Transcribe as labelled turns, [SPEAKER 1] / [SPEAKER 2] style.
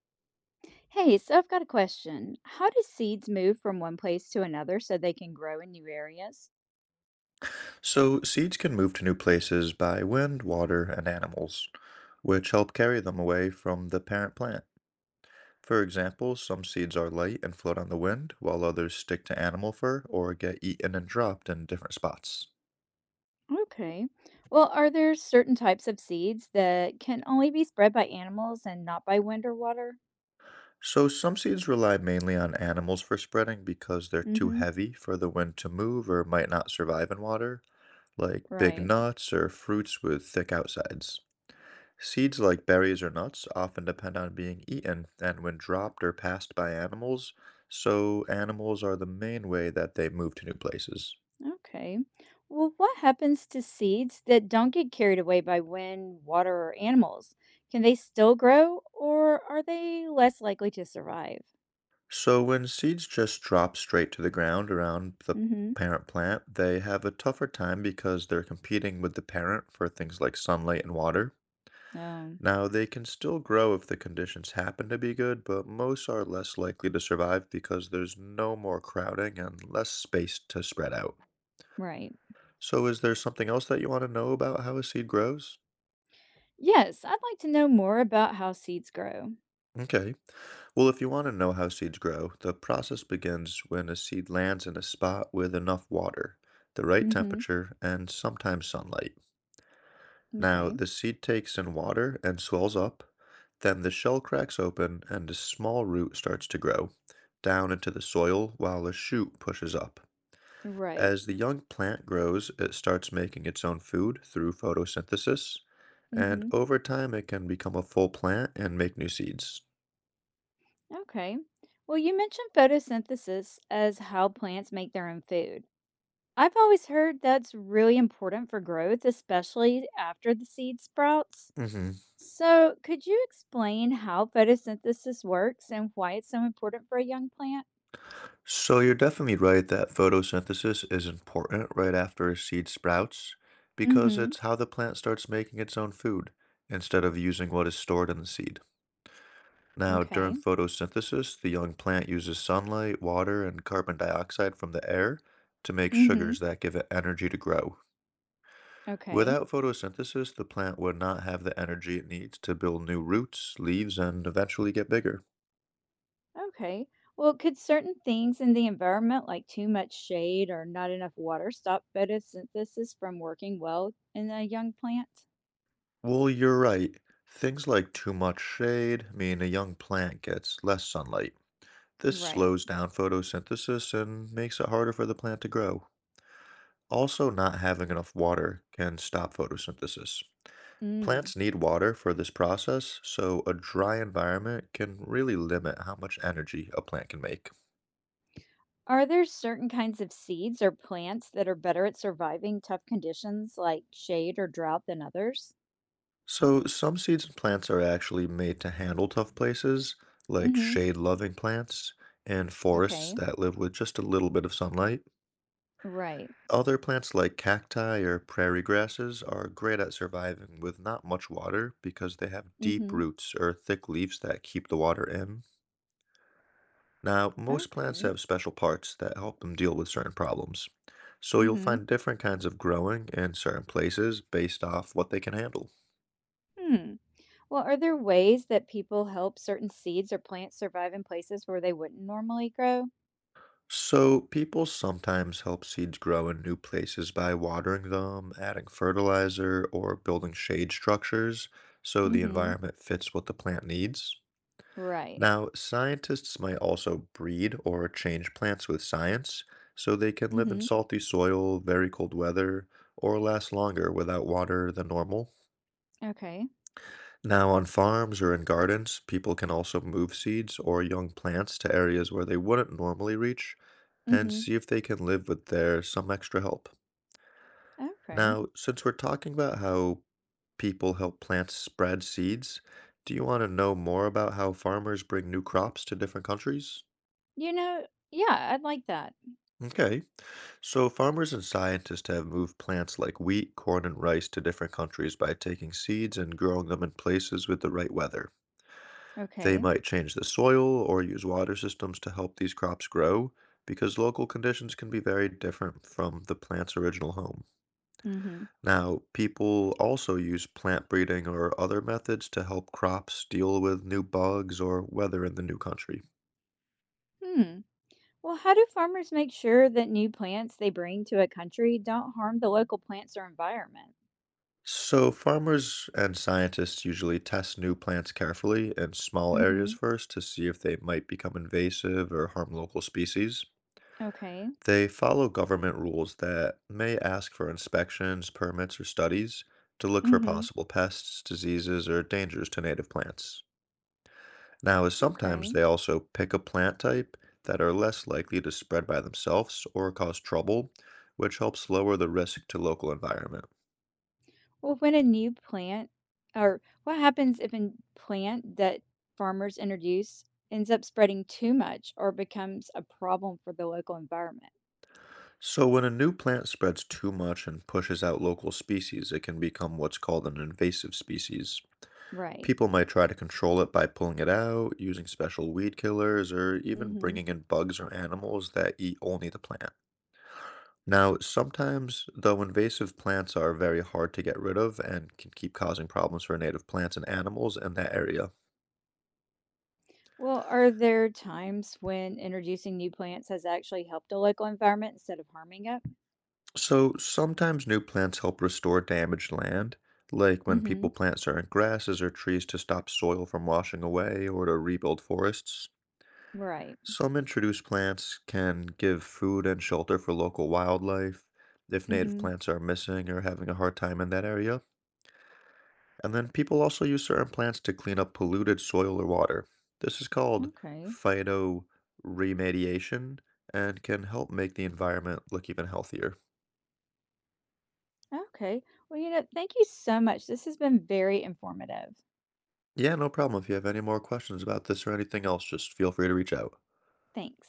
[SPEAKER 1] Hey, so I've got a question. How do seeds move from one place to another so they can grow in new areas?
[SPEAKER 2] So seeds can move to new places by wind, water, and animals, which help carry them away from the parent plant. For example, some seeds are light and float on the wind, while others stick to animal fur or get eaten and dropped in different spots.
[SPEAKER 1] Okay. Well, are there certain types of seeds that can only be spread by animals and not by wind or water?
[SPEAKER 2] So some seeds rely mainly on animals for spreading because they're too
[SPEAKER 1] Mm-hmm.
[SPEAKER 2] heavy for the wind to move or might not survive in water, like big
[SPEAKER 1] Right.
[SPEAKER 2] nuts or fruits with thick outsides. Seeds like berries or nuts often depend on being eaten and when dropped or passed by animals, so animals are the main way that they move to new places.
[SPEAKER 1] Okay. Well, what happens to seeds that don't get carried away by wind, water, or animals? Can they still grow, or are they less likely to survive?
[SPEAKER 2] So when seeds just drop straight to the ground around the
[SPEAKER 1] Mm-hmm.
[SPEAKER 2] parent plant, they have a tougher time because they're competing with the parent for things like sunlight and water.
[SPEAKER 1] Oh,
[SPEAKER 2] Now, they can still grow if the conditions happen to be good, but most are less likely to survive because there's no more crowding and less space to spread out.
[SPEAKER 1] right.
[SPEAKER 2] So is there something else that you want to know about how a seed grows?
[SPEAKER 1] Yes, I'd like to know more about how seeds grow.
[SPEAKER 2] Okay. Well, if you want to know how seeds grow, the process begins when a seed lands in a spot with enough water, the right
[SPEAKER 1] Mm-hmm.
[SPEAKER 2] temperature, and sometimes sunlight. Now,
[SPEAKER 1] Okay.
[SPEAKER 2] the seed takes in water and swells up. Then the shell cracks open and a small root starts to grow down into the soil while a shoot pushes up.
[SPEAKER 1] Right.
[SPEAKER 2] As the young plant grows, it starts making its own food through photosynthesis, and
[SPEAKER 1] Hmm.
[SPEAKER 2] over time it can become a full plant and make new seeds.
[SPEAKER 1] Okay. Well, you mentioned photosynthesis as how plants make their own food. I've always heard that's really important for growth, especially after the seed sprouts.
[SPEAKER 2] Hmm.
[SPEAKER 1] So, could you explain how photosynthesis works and why it's so important for a young plant?
[SPEAKER 2] So you're definitely right that photosynthesis is important right after a seed sprouts, because
[SPEAKER 1] Mm-hmm.
[SPEAKER 2] it's how the plant starts making its own food instead of using what is stored in the seed. Now, during
[SPEAKER 1] Okay.
[SPEAKER 2] photosynthesis, the young plant uses sunlight, water, and carbon dioxide from the air to make
[SPEAKER 1] Mm-hmm.
[SPEAKER 2] sugars that give it energy to grow.
[SPEAKER 1] Okay.
[SPEAKER 2] Without photosynthesis, the plant would not have the energy it needs to build new roots, leaves, and eventually get bigger.
[SPEAKER 1] Okay. Well, could certain things in the environment, like too much shade or not enough water, stop photosynthesis from working well in a young plant?
[SPEAKER 2] Well, you're right. Things like too much shade mean a young plant gets less sunlight. This
[SPEAKER 1] Right.
[SPEAKER 2] slows down photosynthesis and makes it harder for the plant to grow. Also, not having enough water can stop photosynthesis.
[SPEAKER 1] Mm.
[SPEAKER 2] Plants need water for this process, so a dry environment can really limit how much energy a plant can make.
[SPEAKER 1] Are there certain kinds of seeds or plants that are better at surviving tough conditions like shade or drought than others?
[SPEAKER 2] So some seeds and plants are actually made to handle tough places, like
[SPEAKER 1] Mm-hmm.
[SPEAKER 2] shade-loving plants and forests
[SPEAKER 1] Okay.
[SPEAKER 2] that live with just a little bit of sunlight.
[SPEAKER 1] Right.
[SPEAKER 2] Other plants like cacti or prairie grasses are great at surviving with not much water because they have deep
[SPEAKER 1] Mm-hmm.
[SPEAKER 2] roots or thick leaves that keep the water in. Now, most plants
[SPEAKER 1] Okay.
[SPEAKER 2] have special parts that help them deal with certain problems. So you'll
[SPEAKER 1] Mm-hmm.
[SPEAKER 2] find different kinds of growing in certain places based off what they can handle.
[SPEAKER 1] Hmm. Well, are there ways that people help certain seeds or plants survive in places where they wouldn't normally grow?
[SPEAKER 2] So, people sometimes help seeds grow in new places by watering them, adding fertilizer, or building shade structures so the
[SPEAKER 1] Mm-hmm.
[SPEAKER 2] environment fits what the plant needs.
[SPEAKER 1] Right.
[SPEAKER 2] Now, scientists might also breed or change plants with science so they can live in
[SPEAKER 1] Mm-hmm.
[SPEAKER 2] salty soil, very cold weather, or last longer without water than normal.
[SPEAKER 1] Okay.
[SPEAKER 2] Now, on farms or in gardens, people can also move seeds or young plants to areas where they wouldn't normally reach and
[SPEAKER 1] Mhm.
[SPEAKER 2] see if they can live with their some extra help.
[SPEAKER 1] Okay.
[SPEAKER 2] Now, since we're talking about how people help plants spread seeds, do you want to know more about how farmers bring new crops to different countries?
[SPEAKER 1] Yeah, I'd like that.
[SPEAKER 2] Okay, so farmers and scientists have moved plants like wheat, corn, and rice to different countries by taking seeds and growing them in places with the right weather. They
[SPEAKER 1] Okay.
[SPEAKER 2] might change the soil or use water systems to help these crops grow because local conditions can be very different from the plant's original home.
[SPEAKER 1] Mhm.
[SPEAKER 2] Now, people also use plant breeding or other methods to help crops deal with new bugs or weather in the new country.
[SPEAKER 1] Hmm. Well, how do farmers make sure that new plants they bring to a country don't harm the local plants or environment?
[SPEAKER 2] So, farmers and scientists usually test new plants carefully in small areas
[SPEAKER 1] Mhm.
[SPEAKER 2] first to see if they might become invasive or harm local species.
[SPEAKER 1] Okay.
[SPEAKER 2] They follow government rules that may ask for inspections, permits, or studies to look for
[SPEAKER 1] Mhm.
[SPEAKER 2] possible pests, diseases, or dangers to native plants. Now, is
[SPEAKER 1] Okay.
[SPEAKER 2] sometimes they also pick a plant type that are less likely to spread by themselves or cause trouble, which helps lower the risk to local environment.
[SPEAKER 1] Well, when a new plant or what happens if a plant that farmers introduce ends up spreading too much or becomes a problem for the local environment?
[SPEAKER 2] So when a new plant spreads too much and pushes out local species, it can become what's called an invasive species.
[SPEAKER 1] Right.
[SPEAKER 2] People might try to control it by pulling it out, using special weed killers, or even
[SPEAKER 1] Mhm.
[SPEAKER 2] bringing in bugs or animals that eat only the plant. Now, sometimes, though invasive plants are very hard to get rid of and can keep causing problems for native plants and animals in that area.
[SPEAKER 1] Well, are there times when introducing new plants has actually helped a local environment instead of harming it?
[SPEAKER 2] So sometimes new plants help restore damaged land, like when
[SPEAKER 1] Mm-hmm.
[SPEAKER 2] people plant certain grasses or trees to stop soil from washing away or to rebuild forests.
[SPEAKER 1] Right.
[SPEAKER 2] Some introduced plants can give food and shelter for local wildlife if native
[SPEAKER 1] Mm-hmm.
[SPEAKER 2] plants are missing or having a hard time in that area. And then people also use certain plants to clean up polluted soil or water. This is called
[SPEAKER 1] Okay.
[SPEAKER 2] phytoremediation and can help make the environment look even healthier.
[SPEAKER 1] Okay. Well, thank you so much. This has been very informative.
[SPEAKER 2] Yeah, no problem. If you have any more questions about this or anything else, just feel free to reach out.
[SPEAKER 1] Thanks.